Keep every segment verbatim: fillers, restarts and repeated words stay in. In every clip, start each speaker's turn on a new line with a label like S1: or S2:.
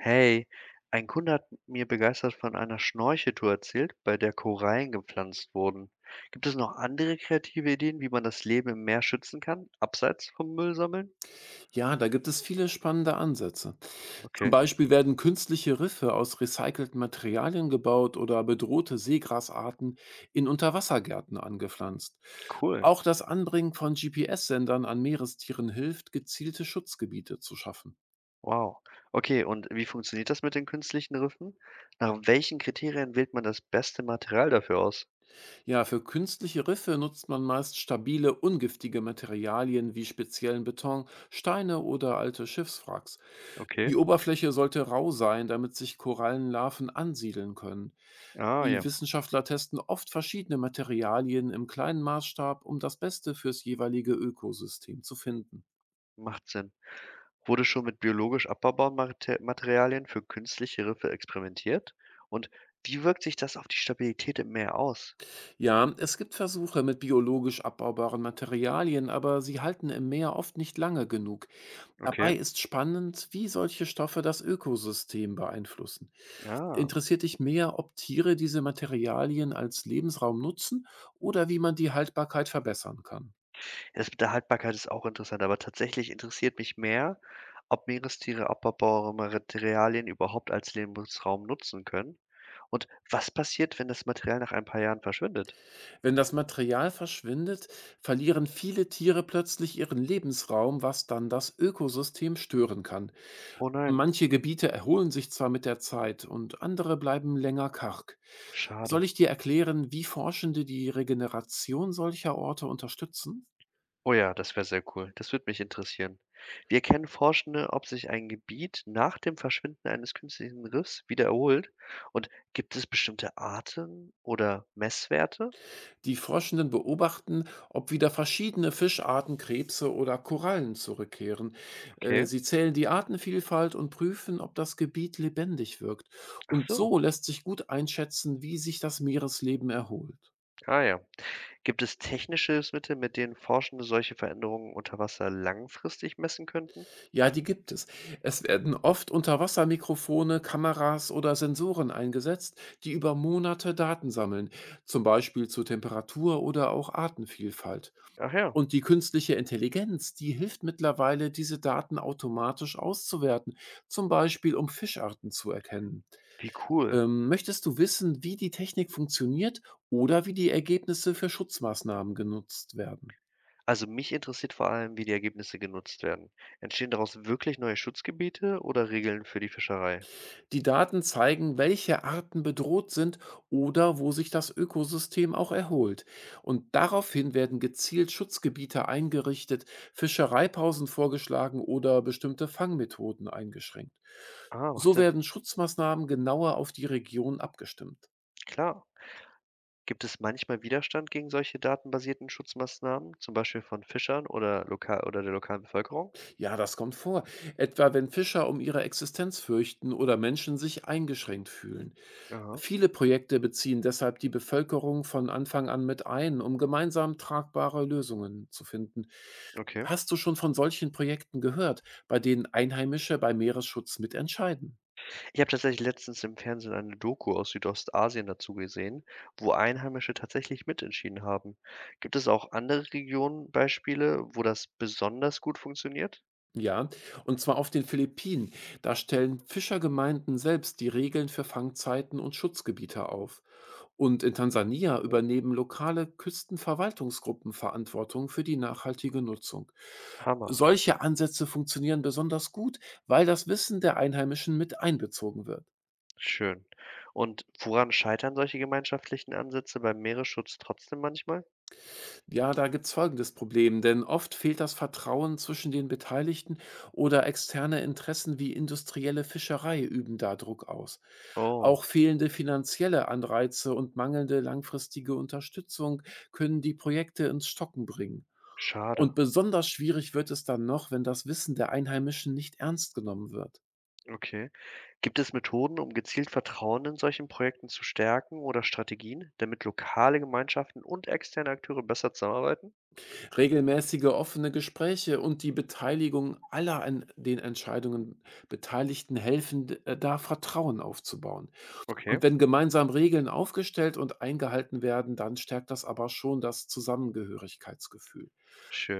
S1: Hey, ein Kunde hat mir begeistert von einer Schnorcheltour erzählt, bei der Korallen gepflanzt wurden. Gibt es noch andere kreative Ideen, wie man das Leben im Meer schützen kann, abseits vom Müll sammeln?
S2: Ja, da gibt es viele spannende Ansätze. Zum
S1: Okay,
S2: Beispiel werden künstliche Riffe aus recycelten Materialien gebaut oder bedrohte Seegrasarten in Unterwassergärten angepflanzt.
S1: cool.
S2: Auch das Anbringen von G P S-Sendern an Meerestieren hilft, gezielte Schutzgebiete zu schaffen.
S1: Wow. Okay, und wie funktioniert das mit den künstlichen Riffen? Nach welchen Kriterien wählt man das beste Material dafür aus?
S2: Ja, für künstliche Riffe nutzt man meist stabile, ungiftige Materialien wie speziellen Beton, Steine oder alte Schiffswracks.
S1: Okay.
S2: Die Oberfläche sollte rau sein, damit sich Korallenlarven ansiedeln können.
S1: Ah
S2: Die
S1: ja,
S2: Wissenschaftler testen oft verschiedene Materialien im kleinen Maßstab, um das Beste fürs jeweilige Ökosystem zu finden.
S1: macht Sinn. Wurde schon mit biologisch abbaubaren Mate- Materialien für künstliche Riffe experimentiert? Und wie wirkt sich das auf die Stabilität im Meer aus?
S2: Ja, es gibt Versuche mit biologisch abbaubaren Materialien, aber sie halten im Meer oft nicht lange genug.
S1: Okay,
S2: Dabei ist spannend, wie solche Stoffe das Ökosystem beeinflussen.
S1: ah.
S2: Interessiert dich mehr, ob Tiere diese Materialien als Lebensraum nutzen oder wie man die Haltbarkeit verbessern kann?
S1: Das mit der Haltbarkeit ist auch interessant, aber tatsächlich interessiert mich mehr, ob Meerestiere abbaubare Materialien überhaupt als Lebensraum nutzen können und was passiert, wenn das Material nach ein paar Jahren verschwindet?
S2: Wenn das Material verschwindet, verlieren viele Tiere plötzlich ihren Lebensraum, was dann das Ökosystem stören kann.
S1: Oh nein,
S2: Manche Gebiete erholen sich zwar mit der Zeit und andere bleiben länger karg.
S1: schade.
S2: Soll ich dir erklären, wie Forschende die Regeneration solcher Orte unterstützen?
S1: Oh ja, das wäre sehr cool. Das würde mich interessieren. Wir kennen Forschende, ob sich ein Gebiet nach dem Verschwinden eines künstlichen Riffs wieder erholt? Und gibt es bestimmte Arten oder Messwerte?
S2: Die Forschenden beobachten, ob wieder verschiedene Fischarten, Krebse oder Korallen zurückkehren. Äh,
S1: Okay,
S2: Sie zählen die Artenvielfalt und prüfen, ob das Gebiet lebendig wirkt.
S1: ach
S2: Und
S1: so.
S2: so lässt sich gut einschätzen, wie sich das Meeresleben erholt.
S1: Ah ja. Gibt es technische Hilfsmittel, mit denen Forschende solche Veränderungen unter Wasser langfristig messen könnten?
S2: Ja, die gibt es. Es werden oft Unterwassermikrofone, Kameras oder Sensoren eingesetzt, die über Monate Daten sammeln, zum Beispiel zu Temperatur oder auch Artenvielfalt.
S1: Ach ja,
S2: Und die künstliche Intelligenz, die hilft mittlerweile, diese Daten automatisch auszuwerten, zum Beispiel um Fischarten zu erkennen.
S1: wie cool.
S2: Ähm, möchtest du wissen, wie die Technik funktioniert oder wie die Ergebnisse für Schutzmaßnahmen genutzt werden?
S1: Also mich interessiert vor allem, wie die Ergebnisse genutzt werden. Entstehen daraus wirklich neue Schutzgebiete oder Regeln für die Fischerei?
S2: Die Daten zeigen, welche Arten bedroht sind oder wo sich das Ökosystem auch erholt. Und daraufhin werden gezielt Schutzgebiete eingerichtet, Fischereipausen vorgeschlagen oder bestimmte Fangmethoden eingeschränkt.
S1: Ah, macht
S2: So
S1: Sinn.
S2: werden Schutzmaßnahmen genauer auf die Region abgestimmt.
S1: Klar. Gibt es manchmal Widerstand gegen solche datenbasierten Schutzmaßnahmen, zum Beispiel von Fischern oder lokal oder der lokalen Bevölkerung?
S2: Ja, das kommt vor, etwa wenn Fischer um ihre Existenz fürchten oder Menschen sich eingeschränkt fühlen.
S1: Aha,
S2: Viele Projekte beziehen deshalb die Bevölkerung von Anfang an mit ein, um gemeinsam tragbare Lösungen zu finden.
S1: okay.
S2: Hast du schon von solchen Projekten gehört, bei denen Einheimische bei Meeresschutz mitentscheiden?
S1: Ich habe tatsächlich letztens im Fernsehen eine Doku aus Südostasien dazu gesehen, wo Einheimische tatsächlich mitentschieden haben. Gibt es auch andere Regionen Beispiele, wo das besonders gut funktioniert?
S2: Ja, und zwar auf den Philippinen. Da stellen Fischergemeinden selbst die Regeln für Fangzeiten und Schutzgebiete auf. Und in Tansania
S1: Mhm.
S2: übernehmen lokale Küstenverwaltungsgruppen Verantwortung für die nachhaltige Nutzung.
S1: Hammer.
S2: Solche Ansätze funktionieren besonders gut, weil das Wissen der Einheimischen mit einbezogen wird.
S1: Schön. Und woran scheitern solche gemeinschaftlichen Ansätze beim Meeresschutz trotzdem manchmal?
S2: Ja, da gibt's folgendes Problem, denn oft fehlt das Vertrauen zwischen den Beteiligten oder externe Interessen wie industrielle Fischerei üben da Druck aus. Auch
S1: Oh,
S2: fehlende finanzielle Anreize und mangelnde langfristige Unterstützung können die Projekte ins Stocken bringen.
S1: schade.
S2: Und besonders schwierig wird es dann noch, wenn das Wissen der Einheimischen nicht ernst genommen wird.
S1: Okay. Gibt es Methoden, um gezielt Vertrauen in solchen Projekten zu stärken oder Strategien, damit lokale Gemeinschaften und externe Akteure besser zusammenarbeiten?
S2: Regelmäßige offene Gespräche und die Beteiligung aller an den Entscheidungen Beteiligten helfen, d- äh, da Vertrauen aufzubauen.
S1: Okay,
S2: Und wenn gemeinsam Regeln aufgestellt und eingehalten werden, dann stärkt das aber schon das Zusammengehörigkeitsgefühl.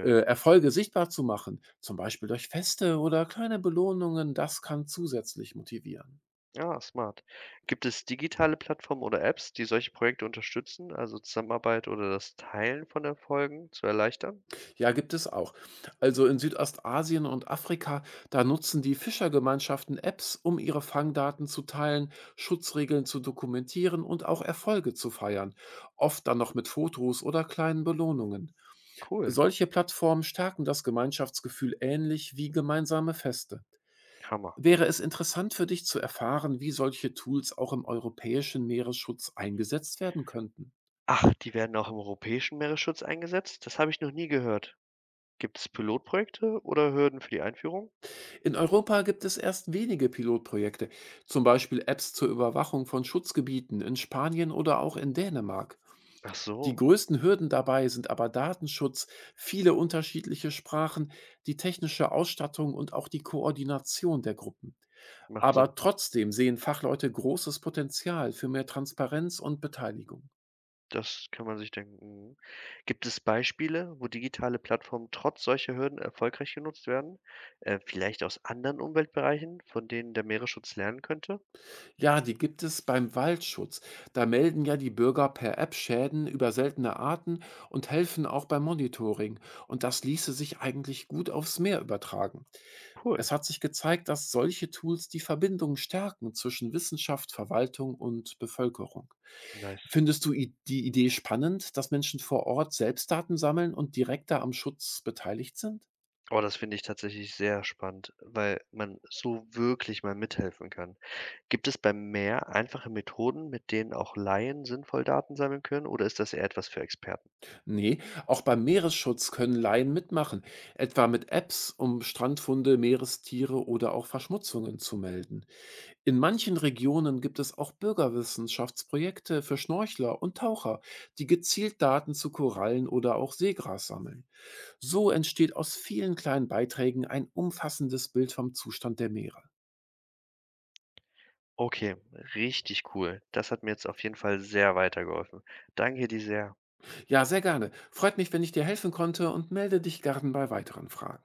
S2: Äh, Erfolge sichtbar zu machen, zum Beispiel durch Feste oder kleine Belohnungen, das kann zusätzlich motivieren.
S1: Ja, smart. Gibt es digitale Plattformen oder Apps, die solche Projekte unterstützen, also Zusammenarbeit oder das Teilen von Erfolgen zu erleichtern?
S2: Ja, gibt es auch. Also in Südostasien und Afrika, da nutzen die Fischergemeinschaften Apps, um ihre Fangdaten zu teilen, Schutzregeln zu dokumentieren und auch Erfolge zu feiern, oft dann noch mit Fotos oder kleinen Belohnungen.
S1: Cool,
S2: Solche Plattformen stärken das Gemeinschaftsgefühl ähnlich wie gemeinsame Feste.
S1: Hammer.
S2: Wäre es interessant für dich zu erfahren, wie solche Tools auch im europäischen Meeresschutz eingesetzt werden könnten?
S1: Ach, die werden auch im europäischen Meeresschutz eingesetzt? Das habe ich noch nie gehört. Gibt es Pilotprojekte oder Hürden für die Einführung?
S2: In Europa gibt es erst wenige Pilotprojekte, zum Beispiel Apps zur Überwachung von Schutzgebieten in Spanien oder auch in Dänemark.
S1: Ach
S2: Die
S1: so,
S2: größten Hürden dabei sind aber Datenschutz, viele unterschiedliche Sprachen, die technische Ausstattung und auch die Koordination der Gruppen.
S1: macht Sinn.
S2: Aber trotzdem sehen Fachleute großes Potenzial für mehr Transparenz und Beteiligung.
S1: Das kann man sich denken. Mhm. Gibt es Beispiele, wo digitale Plattformen trotz solcher Hürden erfolgreich genutzt werden? Äh, vielleicht aus anderen Umweltbereichen, von denen der Meeresschutz lernen könnte?
S2: Ja, die gibt es beim Waldschutz. Da melden ja die Bürger per App Schäden über seltene Arten und helfen auch beim Monitoring. Und das ließe sich eigentlich gut aufs Meer übertragen.
S1: Cool,
S2: Es hat sich gezeigt, dass solche Tools die Verbindung stärken zwischen Wissenschaft, Verwaltung und Bevölkerung.
S1: nice.
S2: Findest du i- die Idee spannend, dass Menschen vor Ort selbst Daten sammeln und direkter am Schutz beteiligt sind?
S1: Oh, das finde ich tatsächlich sehr spannend, weil man so wirklich mal mithelfen kann. Gibt es beim Meer einfache Methoden, mit denen auch Laien sinnvoll Daten sammeln können, oder ist das eher etwas für Experten?
S2: Nee, auch beim Meeresschutz können Laien mitmachen, etwa mit Apps, um Strandfunde, Meerestiere oder auch Verschmutzungen zu melden. In manchen Regionen gibt es auch Bürgerwissenschaftsprojekte für Schnorchler und Taucher, die gezielt Daten zu Korallen oder auch Seegras sammeln. So entsteht aus vielen kleinen Beiträgen ein umfassendes Bild vom Zustand der Meere.
S1: Okay, richtig cool. Das hat mir jetzt auf jeden Fall sehr weitergeholfen. Danke dir sehr.
S2: Ja, sehr gerne. Freut mich, wenn ich dir helfen konnte, und melde dich gern bei weiteren Fragen.